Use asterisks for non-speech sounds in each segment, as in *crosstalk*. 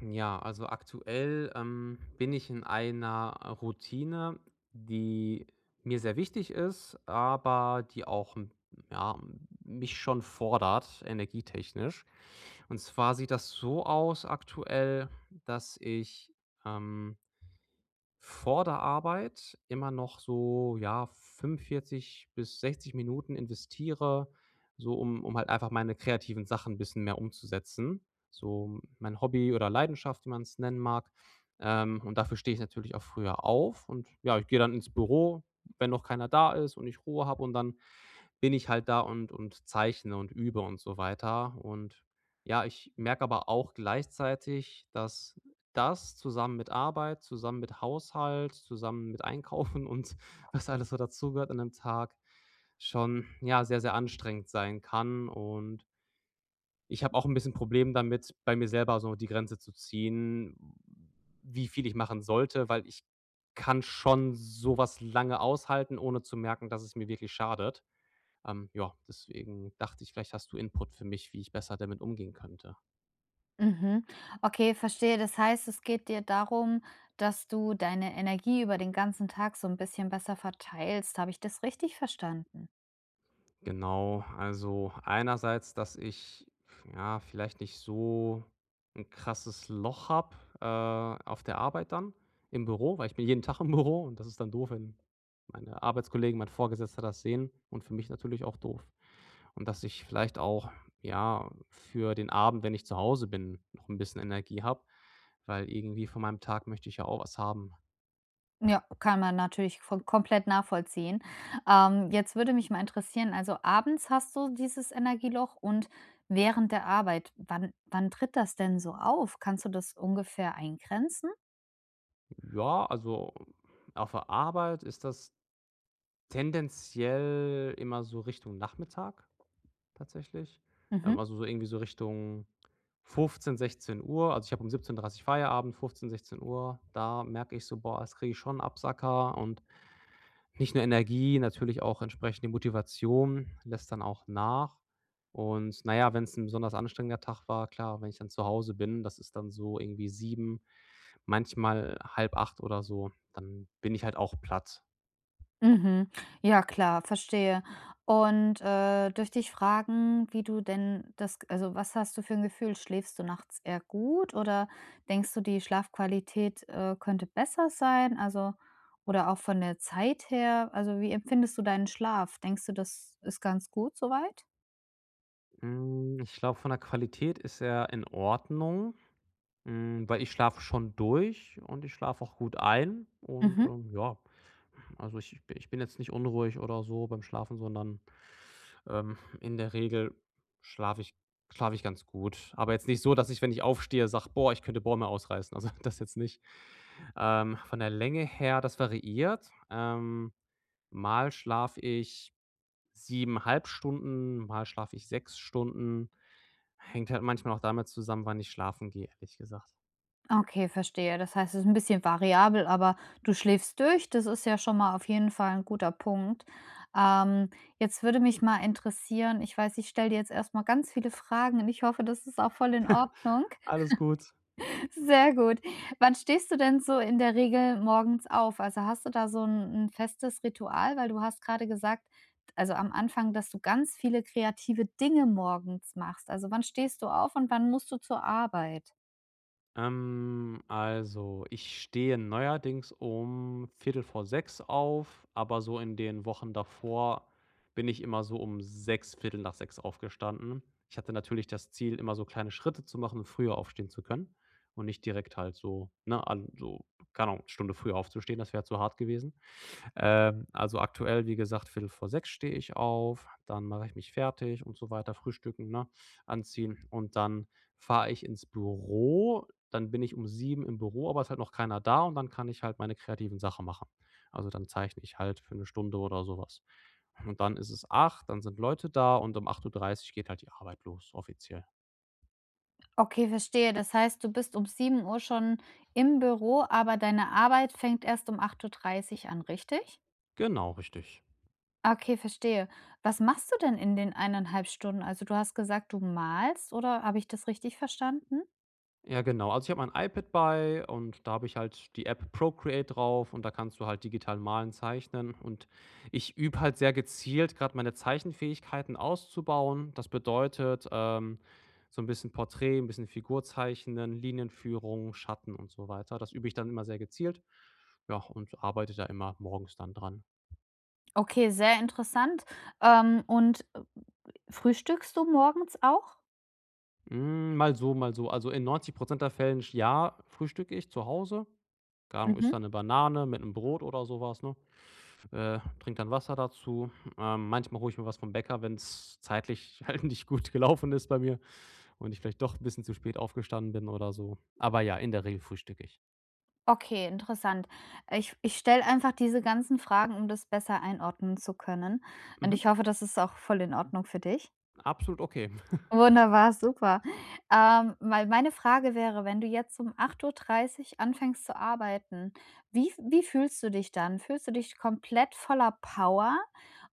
Ja, also aktuell bin ich in einer Routine, die mir sehr wichtig ist, aber die auch mich schon fordert, energietechnisch. Und zwar sieht das so aus aktuell, dass ich ähm, vor der Arbeit immer noch so, ja, 45 bis 60 Minuten investiere, so um halt einfach meine kreativen Sachen ein bisschen mehr umzusetzen. So mein Hobby oder Leidenschaft, wie man es nennen mag. Und dafür stehe ich natürlich auch früher auf, und ja, ich gehe dann ins Büro, wenn noch keiner da ist und ich Ruhe habe, und dann bin ich halt da und zeichne und übe und so weiter. Und ja, ich merke aber auch gleichzeitig, dass das zusammen mit Arbeit, zusammen mit Haushalt, zusammen mit Einkaufen und *laughs* was alles so dazugehört an 'nem Tag schon, ja, sehr, sehr anstrengend sein kann. Und ich habe auch ein bisschen Problem damit, bei mir selber so die Grenze zu ziehen, wie viel ich machen sollte, weil ich kann schon sowas lange aushalten, ohne zu merken, dass es mir wirklich schadet. Ja, deswegen dachte ich, vielleicht hast du Input für mich, wie ich besser damit umgehen könnte. Mhm. Okay, verstehe. Das heißt, es geht dir darum, dass du deine Energie über den ganzen Tag so ein bisschen besser verteilst. Habe ich das richtig verstanden? Genau, also einerseits, dass ich ja vielleicht nicht so ein krasses Loch habe, auf der Arbeit, dann im Büro, weil ich bin jeden Tag im Büro, und das ist dann doof, wenn meine Arbeitskollegen, mein Vorgesetzter das sehen, und für mich natürlich auch doof. Und dass ich vielleicht auch, ja, für den Abend, wenn ich zu Hause bin, noch ein bisschen Energie habe, weil irgendwie von meinem Tag möchte ich ja auch was haben. Ja, kann man natürlich von komplett nachvollziehen. Jetzt würde mich mal interessieren, also, abends hast du dieses Energieloch und während der Arbeit, wann tritt das denn so auf? Kannst du das ungefähr eingrenzen? Ja, also auf der Arbeit ist das tendenziell immer so Richtung Nachmittag tatsächlich. Mhm. Also so irgendwie so Richtung 15, 16 Uhr. Also ich habe um 17:30 Feierabend, 15, 16 Uhr. Da merke ich so, boah, das kriege ich, schon einen Absacker, und nicht nur Energie, natürlich auch entsprechend die Motivation lässt dann auch nach. Und naja, wenn es ein besonders anstrengender Tag war, klar, wenn ich dann zu Hause bin, das ist dann so irgendwie sieben, manchmal halb acht oder so. Dann bin ich halt auch platt. Mhm. Ja klar, verstehe. Und, dürfte ich fragen, wie du denn das also, was hast du für ein Gefühl? Schläfst du nachts eher gut oder denkst du, die Schlafqualität, könnte besser sein? Also oder auch von der Zeit her, also, wie empfindest du deinen Schlaf? Denkst du, das ist ganz gut soweit. Hm, ich glaube, von der Qualität ist er in Ordnung, hm, weil ich schlafe schon durch und ich schlafe auch gut ein, und, Mhm. Ja, also ich bin jetzt nicht unruhig oder so beim Schlafen, sondern, in der Regel schlafe ich schlafe ich ganz gut. Aber jetzt nicht so, dass ich, wenn ich aufstehe, sage: „Boah, ich könnte Bäume ausreißen.“ Also, *laughs* das jetzt nicht. Von der Länge her, das variiert. Mal schlafe ich 7,5 Stunden, mal schlafe ich 6 Stunden. Hängt halt manchmal auch damit zusammen, wann ich schlafen gehe, ehrlich gesagt. Okay, verstehe. Das heißt, es ist ein bisschen variabel, aber du schläfst durch. Das ist ja schon mal auf jeden Fall ein guter Punkt. Ähm, jetzt würde mich mal interessieren, ich weiß, ich stelle dir jetzt erst mal ganz viele Fragen und ich hoffe, das ist auch voll in Ordnung. Alles gut. *laughs* Sehr gut. Wann stehst du denn so in der Regel morgens auf? Also, hast du da so ein 'n festes Ritual? Weil du hast gerade gesagt, also, am Anfang, dass du ganz viele kreative Dinge morgens machst. Also, wann stehst du auf und wann musst du zur Arbeit? Ich stehe neuerdings um Viertel vor 6 auf, aber so in den Wochen davor bin ich immer so um sechs, Viertel nach sechs aufgestanden. Ich hatte natürlich das Ziel, immer so kleine Schritte zu machen und früher aufstehen zu können und nicht direkt halt so, ne, an so, keine Ahnung, Stunde früher aufzustehen, das wäre zu hart gewesen. Also aktuell, wie gesagt, Viertel vor sechs stehe ich auf, dann mache ich mich fertig und so weiter, frühstücken, ne, anziehen, und dann fahre ich ins Büro. Dann bin ich um 7 im Büro, aber ist halt noch keiner da, und dann kann ich halt meine kreativen Sachen machen. Also, dann zeichne ich halt für eine Stunde oder sowas. Und dann ist es 8, dann sind Leute da, und um acht Uhr dreißig geht halt die Arbeit los, offiziell. Okay, verstehe. Das heißt, du bist um sieben Uhr schon im Büro, aber deine Arbeit fängt erst um acht Uhr dreißig an, richtig? Genau, richtig. Okay, verstehe. Was machst du denn in den eineinhalb Stunden? Also, du hast gesagt, du malst, oder habe ich das richtig verstanden? Ja, genau. Also, ich habe mein iPad bei, und da habe ich halt die App Procreate drauf, und da kannst du halt digital malen, zeichnen, und ich übe halt sehr gezielt, gerade meine Zeichenfähigkeiten auszubauen. Das bedeutet, so ein bisschen Porträt, ein bisschen Figur zeichnen, Linienführung, Schatten und so weiter. Das übe ich dann immer sehr gezielt, ja, und arbeite da immer morgens dann dran. Okay, sehr interessant. Und, frühstückst du morgens auch? Hm, mal so, mal so. Also, in 90% der Fällen ja, frühstücke ich zu Hause. Gar Ahnung, Mhm. isst dann 'ne Banane mit einem Brot oder sowas, ne? Trinke dann Wasser dazu. Manchmal hole ich mir was vom Bäcker, wenn es zeitlich *laughs* halt nicht gut gelaufen ist bei mir und ich vielleicht doch ein bisschen zu spät aufgestanden bin oder so. Aber ja, in der Regel frühstücke ich. Okay, interessant. Ich stelle einfach diese ganzen Fragen, um das besser einordnen zu können. Und Mhm. ich hoffe, das ist auch voll in Ordnung für dich. Absolut okay. Wunderbar, super. Weil meine Frage wäre, wenn du jetzt um acht Uhr dreißig anfängst zu arbeiten, wie fühlst du dich dann? Fühlst du dich komplett voller Power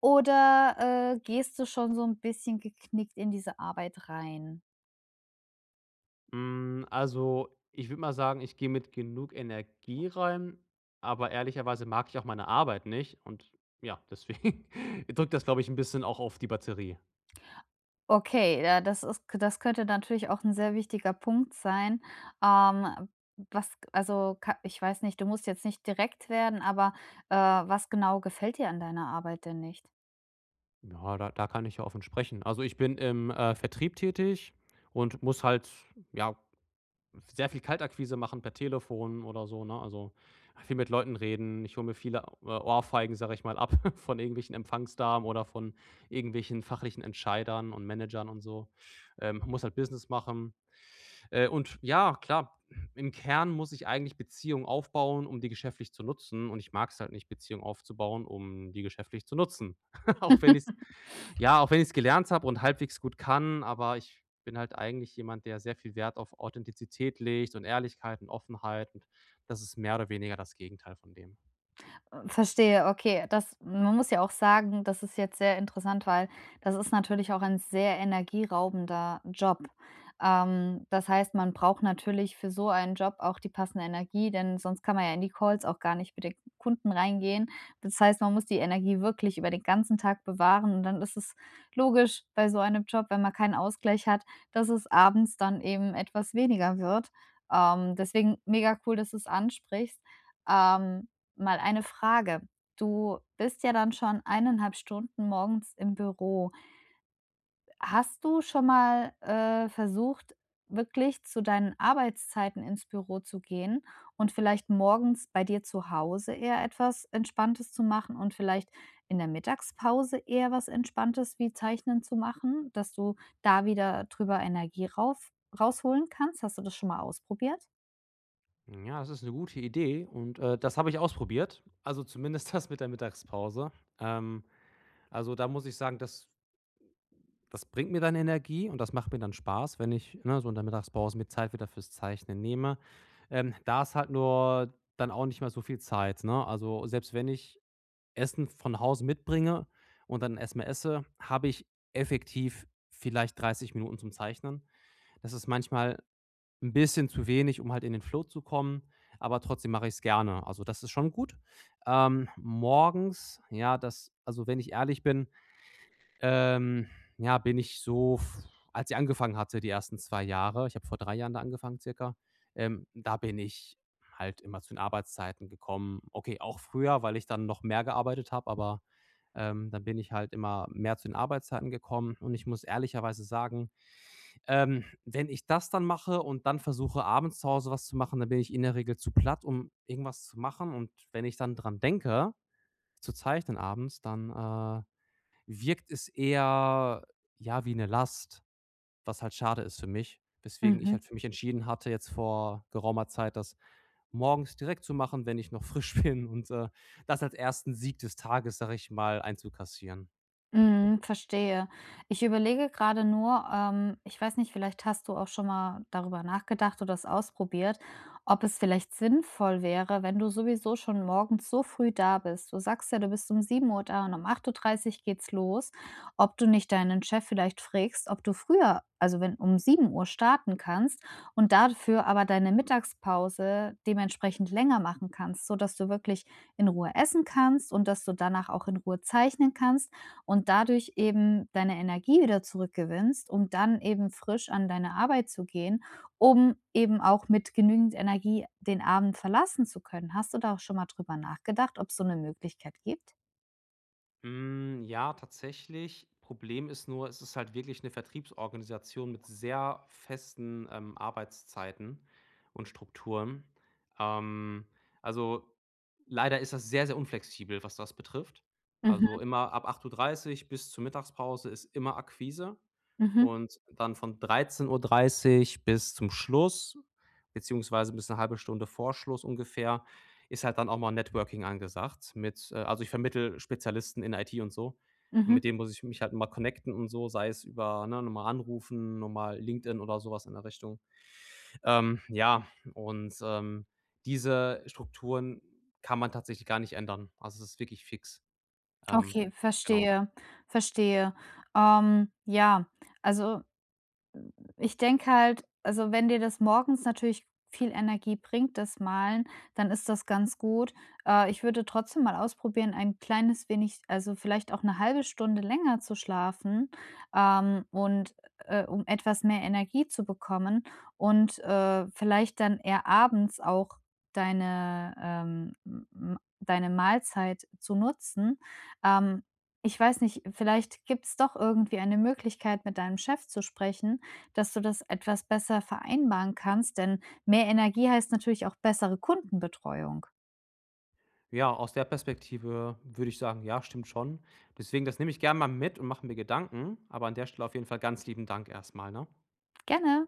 oder, gehst du schon so ein bisschen geknickt in diese Arbeit rein? Hm, also, ich würde mal sagen, ich gehe mit genug Energie rein, aber ehrlicherweise mag ich auch meine Arbeit nicht, und ja, deswegen *laughs* drückt das, glaube ich, ein bisschen auch auf die Batterie. Okay, ja, das könnte natürlich auch ein sehr wichtiger Punkt sein. Ähm, was also, ka ich weiß nicht, du musst jetzt nicht direkt werden, aber, was genau gefällt dir an deiner Arbeit denn nicht? Ja, da kann ich ja offen sprechen. Also, ich bin im, Vertrieb tätig und muss halt, ja, sehr viel Kaltakquise machen per Telefon oder so, ne? Also, viel mit Leuten reden. Ich hole mir viele, Ohrfeigen, sage ich mal, ab *laughs* von irgendwelchen Empfangsdamen oder von irgendwelchen fachlichen Entscheidern und Managern und so. Muss halt Business machen. Und ja, klar, im Kern muss ich eigentlich Beziehungen aufbauen, um die geschäftlich zu nutzen, und ich mag es halt nicht, Beziehungen aufzubauen, um die geschäftlich zu nutzen. *laughs* Auch wenn ich's *laughs* Ja, auch wenn ich es gelernt habe und halbwegs gut kann, aber ich bin halt eigentlich jemand, der sehr viel Wert auf Authentizität legt und Ehrlichkeit und Offenheit, und das ist mehr oder weniger das Gegenteil von dem. Verstehe, okay. Das Man muss ja auch sagen, das ist jetzt sehr interessant, weil das ist natürlich auch ein sehr energieraubender Job. Das heißt, man braucht natürlich für so einen Job auch die passende Energie, denn sonst kann man ja in die Calls auch gar nicht mit den Kunden reingehen. Das heißt, man muss die Energie wirklich über den ganzen Tag bewahren und dann ist es logisch bei so einem Job, wenn man keinen Ausgleich hat, dass es abends dann eben etwas weniger wird. Deswegen mega cool, dass du es ansprichst. Ähm Mal eine Frage. Du bist ja dann schon eineinhalb Stunden morgens im Büro. Hast du schon mal, versucht, wirklich zu deinen Arbeitszeiten ins Büro zu gehen und vielleicht morgens bei dir zu Hause eher etwas Entspanntes zu machen und vielleicht in der Mittagspause eher was Entspanntes wie Zeichnen zu machen, dass du da wieder drüber Energie rauf rausholen kannst? Hast du das schon mal ausprobiert? Ja, das ist eine gute Idee, und, das habe ich ausprobiert, also zumindest *laughs* das mit der Mittagspause. Ähm, da muss ich sagen, das bringt mir dann Energie, und das macht mir dann Spaß, wenn ich, ne, so in der Mittagspause mir Zeit wieder fürs Zeichnen nehme. Da ist halt nur dann auch nicht mehr so viel Zeit, ne? Also, selbst wenn ich Essen von Hause mitbringe und dann erst esse, habe ich effektiv vielleicht 30 Minuten zum Zeichnen. Das ist manchmal ein bisschen zu wenig, um halt in den Flow zu kommen, aber trotzdem mache ich es gerne. Also, das ist schon gut. Morgens, ja, das, also, wenn ich ehrlich bin, ähm, ja, bin ich so f, als ich angefangen hatte, die ersten 2 Jahre, ich habe vor 3 Jahren da angefangen circa, da bin ich halt immer zu den Arbeitszeiten gekommen. Okay, auch früher, weil ich dann noch mehr gearbeitet habe, aber dann bin ich halt immer mehr zu den Arbeitszeiten gekommen, und ich muss ehrlicherweise sagen, wenn ich das dann mache und dann versuche, abends zu Hause was zu machen, dann bin ich in der Regel zu platt, um irgendwas zu machen. Und wenn ich dann dran denke, zu zeichnen abends, dann wirkt es eher ja wie eine Last, was halt schade ist für mich. Weswegen ich Mhm. halt für mich entschieden hatte, jetzt vor geraumer Zeit, das morgens direkt zu machen, wenn ich noch frisch *laughs* bin, und das als ersten Sieg des Tages, sag ich mal, einzukassieren. Mhm, verstehe. Ich überlege gerade nur, ich weiß nicht, vielleicht hast du auch schon mal darüber nachgedacht oder es ausprobiert, ob es vielleicht sinnvoll wäre, wenn du sowieso schon morgens so früh da bist. Du sagst ja, du bist um 7 Uhr da und um acht Uhr dreißig geht's los, ob du nicht deinen Chef vielleicht fragst, ob du früher, also wenn um 7 Uhr starten kannst und dafür aber deine Mittagspause dementsprechend länger machen kannst, sodass du wirklich in Ruhe essen kannst und dass du danach auch in Ruhe zeichnen kannst und dadurch eben deine Energie wieder zurückgewinnst, um dann eben frisch an deine Arbeit zu gehen, um eben auch mit genügend Energie den Abend verlassen zu können. Hast du da auch schon mal drüber nachgedacht, ob's so eine Möglichkeit gibt? Hm, ja, tatsächlich. Problem ist nur, es ist halt wirklich eine Vertriebsorganisation mit sehr festen, Arbeitszeiten und Strukturen. Ähm, also, leider ist das sehr, sehr unflexibel, was das betrifft. Mhm, Also, immer ab acht Uhr dreißig bis zur Mittagspause ist immer Akquise, mhm, und dann von dreizehn Uhr dreißig bis zum Schluss, beziehungsweise bis eine halbe Stunde vor Schluss ungefähr, ist halt dann auch mal Networking angesagt mit also, ich vermittle Spezialisten in IT und so. Und mhm. mit denen muss ich mich halt mal connecten und so, sei es über, ne, noch mal anrufen, noch mal LinkedIn oder sowas in der Richtung. Ähm, ja, und, ähm, diese Strukturen kann man tatsächlich gar nicht ändern. Also, es ist wirklich fix. Ähm, Okay, genau. verstehe, verstehe. Ja, also ich denke halt, also wenn dir das morgens natürlich viel Energie bringt, das Malen, dann ist das ganz gut. Ich würde trotzdem mal ausprobieren, ein kleines wenig, also vielleicht auch eine halbe Stunde länger zu schlafen, und, um etwas mehr Energie zu bekommen und, vielleicht dann eher abends auch deine, m m deine Mahlzeit zu nutzen. Ähm, ich weiß nicht, vielleicht gibt es doch irgendwie eine Möglichkeit, mit deinem Chef zu sprechen, dass du das etwas besser vereinbaren kannst, denn mehr Energie heißt natürlich auch bessere Kundenbetreuung. Ja, aus der Perspektive würde ich sagen, ja, stimmt schon. Deswegen, das nehme ich gerne mal mit und mache mir Gedanken, aber an der Stelle auf jeden Fall ganz lieben Dank erstmal, ne? Gerne.